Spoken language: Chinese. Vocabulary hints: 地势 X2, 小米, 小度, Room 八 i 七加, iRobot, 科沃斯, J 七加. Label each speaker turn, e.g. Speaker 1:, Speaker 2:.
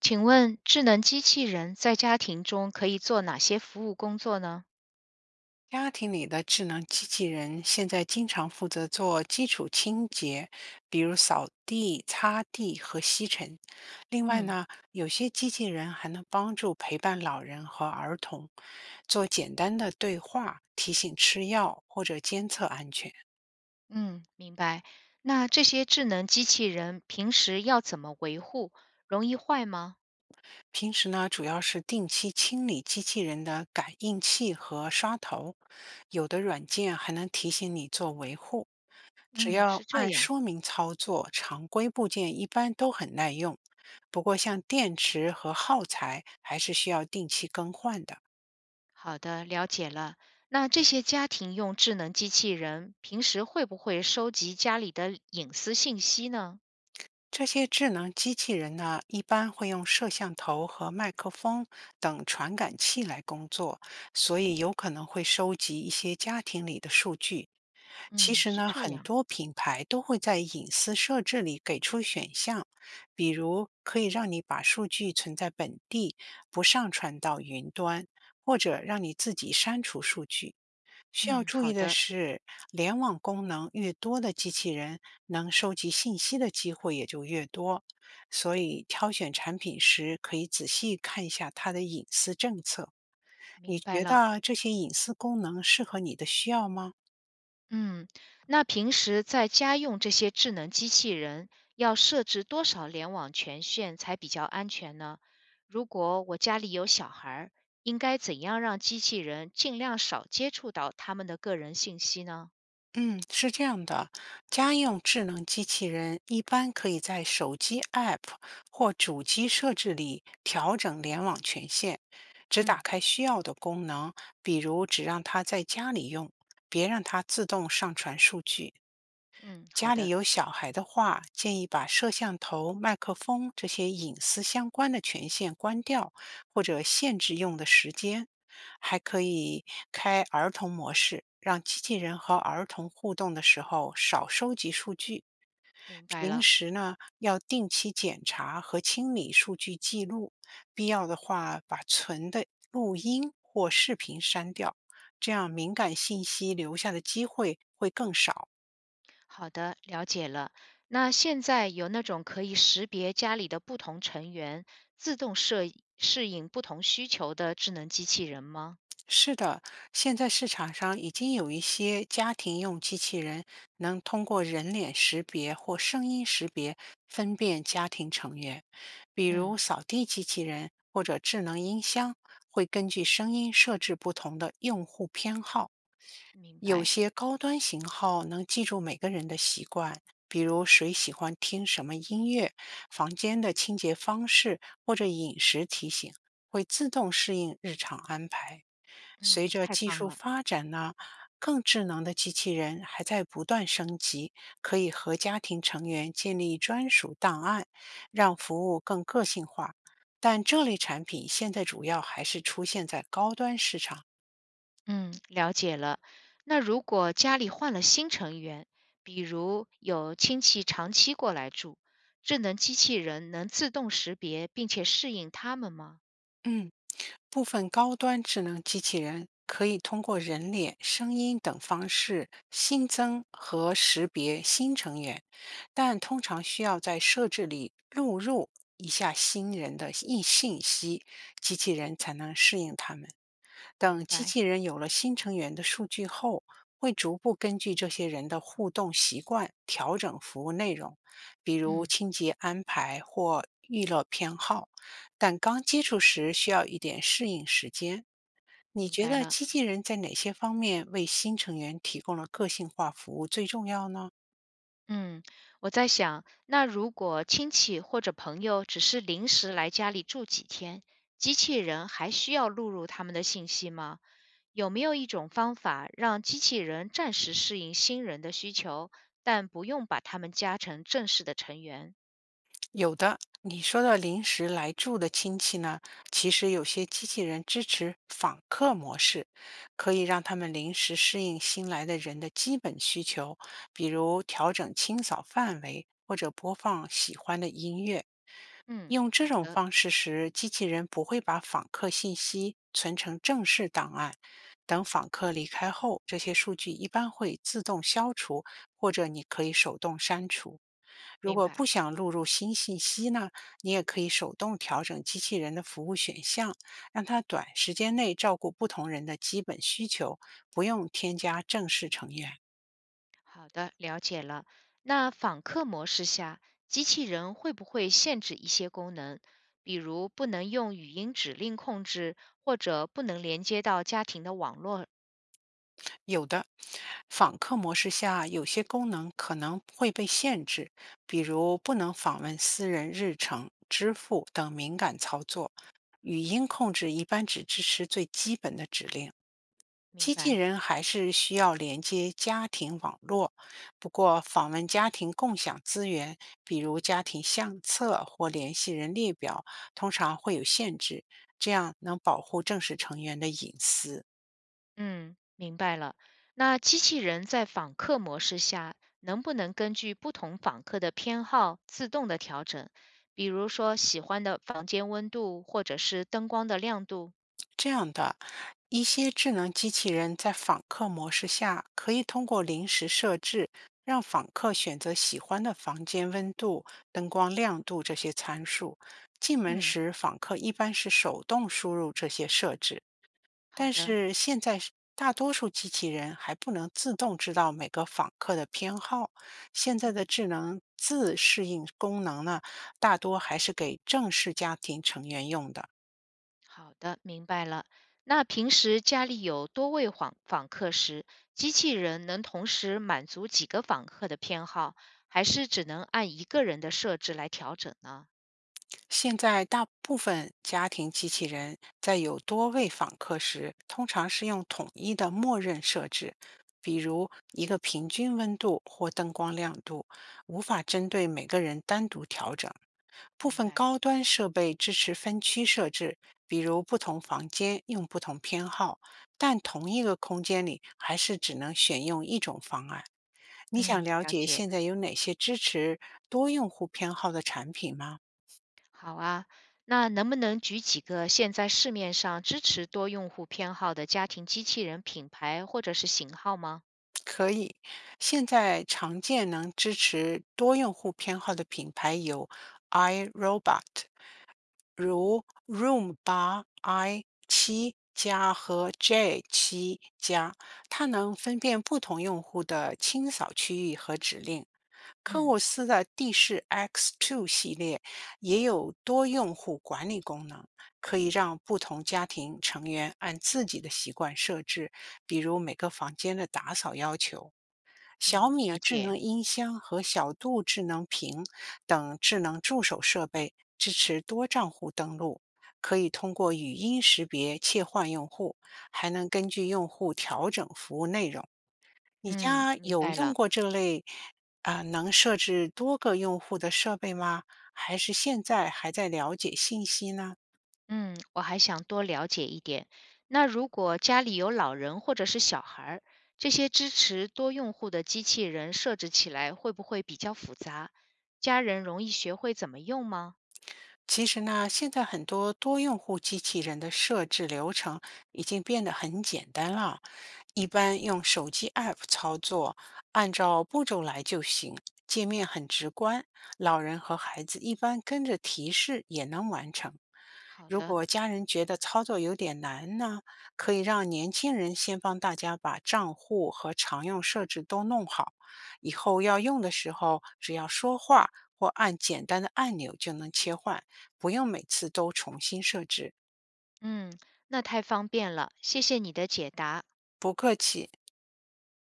Speaker 1: 请问智能机器人在家庭中可以做哪些服务工作呢？
Speaker 2: 家庭里的智能机器人现在经常负责做基础清洁，比如扫地、擦地和吸尘。另外
Speaker 1: 嗯
Speaker 2: 呢，有些机器人还能帮助陪伴老人和儿童，做简单的对话、提醒吃药或者监测安全。
Speaker 1: 嗯，明白。那这些智能机器人平时要怎么维护？容易坏吗？
Speaker 2: 平时呢，主要是定期清理机器人的感应器和刷头，有的软件还能提醒你做维护。只
Speaker 1: 嗯，
Speaker 2: 要
Speaker 1: 是这
Speaker 2: 按
Speaker 1: 样。
Speaker 2: 说明操作，常规部件一般都很耐用。不过，像电池和耗材还是需要定期更换的。
Speaker 1: 好的，了解了。那这些家庭用智能机器人平时会不会收集家里的隐私信息呢？
Speaker 2: 这些智能机器人呢，一般会用摄像头和麦克风等传感器来工作，所以有可能会收集一些家庭里的数据。其
Speaker 1: 嗯，
Speaker 2: 实
Speaker 1: 是
Speaker 2: 呢，
Speaker 1: 这
Speaker 2: 很
Speaker 1: 样。
Speaker 2: 多品牌都会在隐私设置里给出选项，比如可以让你把数据存在本地，不上传到云端，或者让你自己删除数据。需要
Speaker 1: 嗯，
Speaker 2: 注意
Speaker 1: 好
Speaker 2: 的
Speaker 1: 的，
Speaker 2: 是，联网功能越多的机器人，能收集信息的机会也就越多。所以，挑选产品时可以仔细看一下它的隐私政策。你
Speaker 1: 明白
Speaker 2: 觉
Speaker 1: 了。
Speaker 2: 得这些隐私功能适合你的需要吗？
Speaker 1: 嗯，那平时在家用这些智能机器人，要设置多少联网权限才比较安全呢？如果我家里有小孩儿，应该怎样让机器人尽量少接触到他们的个人信息呢？
Speaker 2: 嗯，是这样的，家用智能机器人一般可以在手机 App 或主机设置里调整联网权限，只打
Speaker 1: 嗯
Speaker 2: 开需要的功能，比如只让它在家里用，别让它自动上传数据。
Speaker 1: 嗯，好
Speaker 2: 家里
Speaker 1: 的，
Speaker 2: 有小孩的话，建议把摄像头、麦克风这些隐私相关的权限关掉，或者限制用的时间。还可以开儿童模式，让机器人和儿童互动的时候少收集数据。
Speaker 1: 明白
Speaker 2: 平
Speaker 1: 了。
Speaker 2: 时呢，要定期检查和清理数据记录，必要的话把存的录音或视频删掉，这样敏感信息留下的机会会更少。
Speaker 1: 好的，了解了。那现在有那种可以识别家里的不同成员，自动适应不同需求的智能机器人吗？
Speaker 2: 是的，现在市场上已经有一些家庭用机器人能通过人脸识别或声音识别分辨家庭成员，比如
Speaker 1: 嗯，
Speaker 2: 扫地机器人或者智能音箱，会根据声音设置不同的用户偏好。
Speaker 1: 明
Speaker 2: 有
Speaker 1: 白。
Speaker 2: 些高端型号能记住每个人的习惯，比如谁喜欢听什么音乐、房间的清洁方式或者饮食提醒，会自动适应日常安排。随
Speaker 1: 嗯，
Speaker 2: 着
Speaker 1: 太
Speaker 2: 技
Speaker 1: 棒
Speaker 2: 术
Speaker 1: 了。
Speaker 2: 发展呢，更智能的机器人还在不断升级，可以和家庭成员建立专属档案，让服务更个性化。但这类产品现在主要还是出现在高端市场，
Speaker 1: 嗯，了解了。那如果家里换了新成员，比如有亲戚长期过来住，智能机器人能自动识别并且适应他们吗？
Speaker 2: 嗯，部分高端智能机器人可以通过人脸、声音等方式新增和识别新成员，但通常需要在设置里录入一下新人的信息，机器人才能适应他们。等
Speaker 1: 明
Speaker 2: 机
Speaker 1: 白，
Speaker 2: 器人有了新成员的数据后，会逐步根据这些人的互动习惯调整服务内容，比如
Speaker 1: 嗯，
Speaker 2: 清洁安排或娱乐偏好。但刚接触时需要一点适应时间。你
Speaker 1: 明
Speaker 2: 觉
Speaker 1: 白
Speaker 2: 得
Speaker 1: 了。
Speaker 2: 机器人在哪些方面为新成员提供了个性化服务最重要呢？
Speaker 1: 嗯，我在想，那如果亲戚或者朋友只是临时来家里住几天，机器人还需要录入他们的信息吗？有没有一种方法让机器人暂时适应新人的需求，但不用把他们加成正式的成员？
Speaker 2: 有的，你说到临时来住的亲戚呢，其实有些机器人支持访客模式，可以让他们临时适应新来的人的基本需求，比如调整清扫范围或者播放喜欢的音乐。
Speaker 1: 嗯，
Speaker 2: 用这
Speaker 1: 好
Speaker 2: 种
Speaker 1: 的，
Speaker 2: 方式时，机器人不会把访客信息存成正式档案。等访客离开后，这些数据一般会自动消除，或者你可以手动删除。如
Speaker 1: 明
Speaker 2: 果不
Speaker 1: 白。
Speaker 2: 想录入新信息呢，你也可以手动调整机器人的服务选项，让它短时间内照顾不同人的基本需求，不用添加正式成员。
Speaker 1: 好的，了解了。那访客模式下，机器人会不会限制一些功能，比如不能用语音指令控制，或者不能连接到家庭的网络？
Speaker 2: 有的访客模式下，有些功能可能会被限制，比如不能访问私人日程、支付等敏感操作。语音控制一般只支持最基本的指令，
Speaker 1: 明
Speaker 2: 机器
Speaker 1: 白。
Speaker 2: 人还是需要连接家庭网络，不过访问家庭共享资源，比如家庭相册或联系人列表，通常会有限制，这样能保护正式成员的隐私。
Speaker 1: 嗯，明白了。那机器人在访客模式下，能不能根据不同访客的偏好自动的调整？比如说喜欢的房间温度，或者是灯光的亮度？
Speaker 2: 这样的一些智能机器人在访客模式下，可以通过临时设置，让访客选择喜欢的房间温度、灯光亮度这些参数。进门
Speaker 1: 嗯，
Speaker 2: 时，访客一般是手动输入这些设置。
Speaker 1: 好
Speaker 2: 但
Speaker 1: 的，
Speaker 2: 是现在是大多数机器人还不能自动知道每个访客的偏好，现在的
Speaker 1: 嗯，
Speaker 2: 智能自适应功能呢，大多还是给正式家庭成员用的。
Speaker 1: 好的，明白了。那平时家里有多位访客时，机器人能同时满足几个访客的偏好，还是只能按一个人的设置来调整呢？
Speaker 2: 现在大部分家庭机器人在有多位访客时，通常是用统一的默认设置，比如一个平均温度或灯光亮度，无法针对每个人单独调整。部
Speaker 1: 明
Speaker 2: 分
Speaker 1: 白，
Speaker 2: 高端设备支持分区设置，比如不同房间用不同偏好，但同一个空间里还是只能选用一种方案。你想
Speaker 1: 嗯，
Speaker 2: 了
Speaker 1: 了
Speaker 2: 解
Speaker 1: 解。
Speaker 2: 现在有哪些支持多用户偏好的产品吗？
Speaker 1: 好啊，那能不能举几个现在市面上支持多用户偏好的家庭机器人品牌或者是型号吗？
Speaker 2: 可以，现在常见能支持多用户偏好的品牌有 iRobot，如 Roomba i7+和 J7+，它能分辨不同用户的清扫区域和指令。科
Speaker 1: 嗯
Speaker 2: 沃斯的地势 X2 系列也有多用户管理功能。可以让不同家庭成员按自己的习惯设置，比如每个房间的打扫要求。小
Speaker 1: 嗯，
Speaker 2: 米
Speaker 1: 了
Speaker 2: 智
Speaker 1: 解，
Speaker 2: 能音箱和小度智能屏等智能助手设备支持多账户登录，可以通过语音识别切换用户，还能根据用户调整服务内容。你
Speaker 1: 嗯，
Speaker 2: 家
Speaker 1: 明
Speaker 2: 有
Speaker 1: 白
Speaker 2: 用
Speaker 1: 了，
Speaker 2: 过这类能设置多个用户的设备吗？还是现在还在了解信息呢？
Speaker 1: 嗯，我还想多了解一点。那如果家里有老人或者是小孩儿，这些支持多用户的机器人设置起来会不会比较复杂？家人容易学会怎么用吗？
Speaker 2: 其实呢，现在很多多用户机器人的设置流程已经变得很简单了，一般用手机 App 操作，按照步骤来就行，界面很直观，老人和孩子一般跟着提示也能完成。
Speaker 1: 好
Speaker 2: 如
Speaker 1: 的，
Speaker 2: 果家人觉得操作有点难呢，可以让年轻人先帮大家把账户和常用设置都弄好，以后要用的时候只要说话或按简单的按钮就能切换。不用每次都重新设置。
Speaker 1: 嗯，那太方便了，谢谢你的解答。
Speaker 2: 不客气。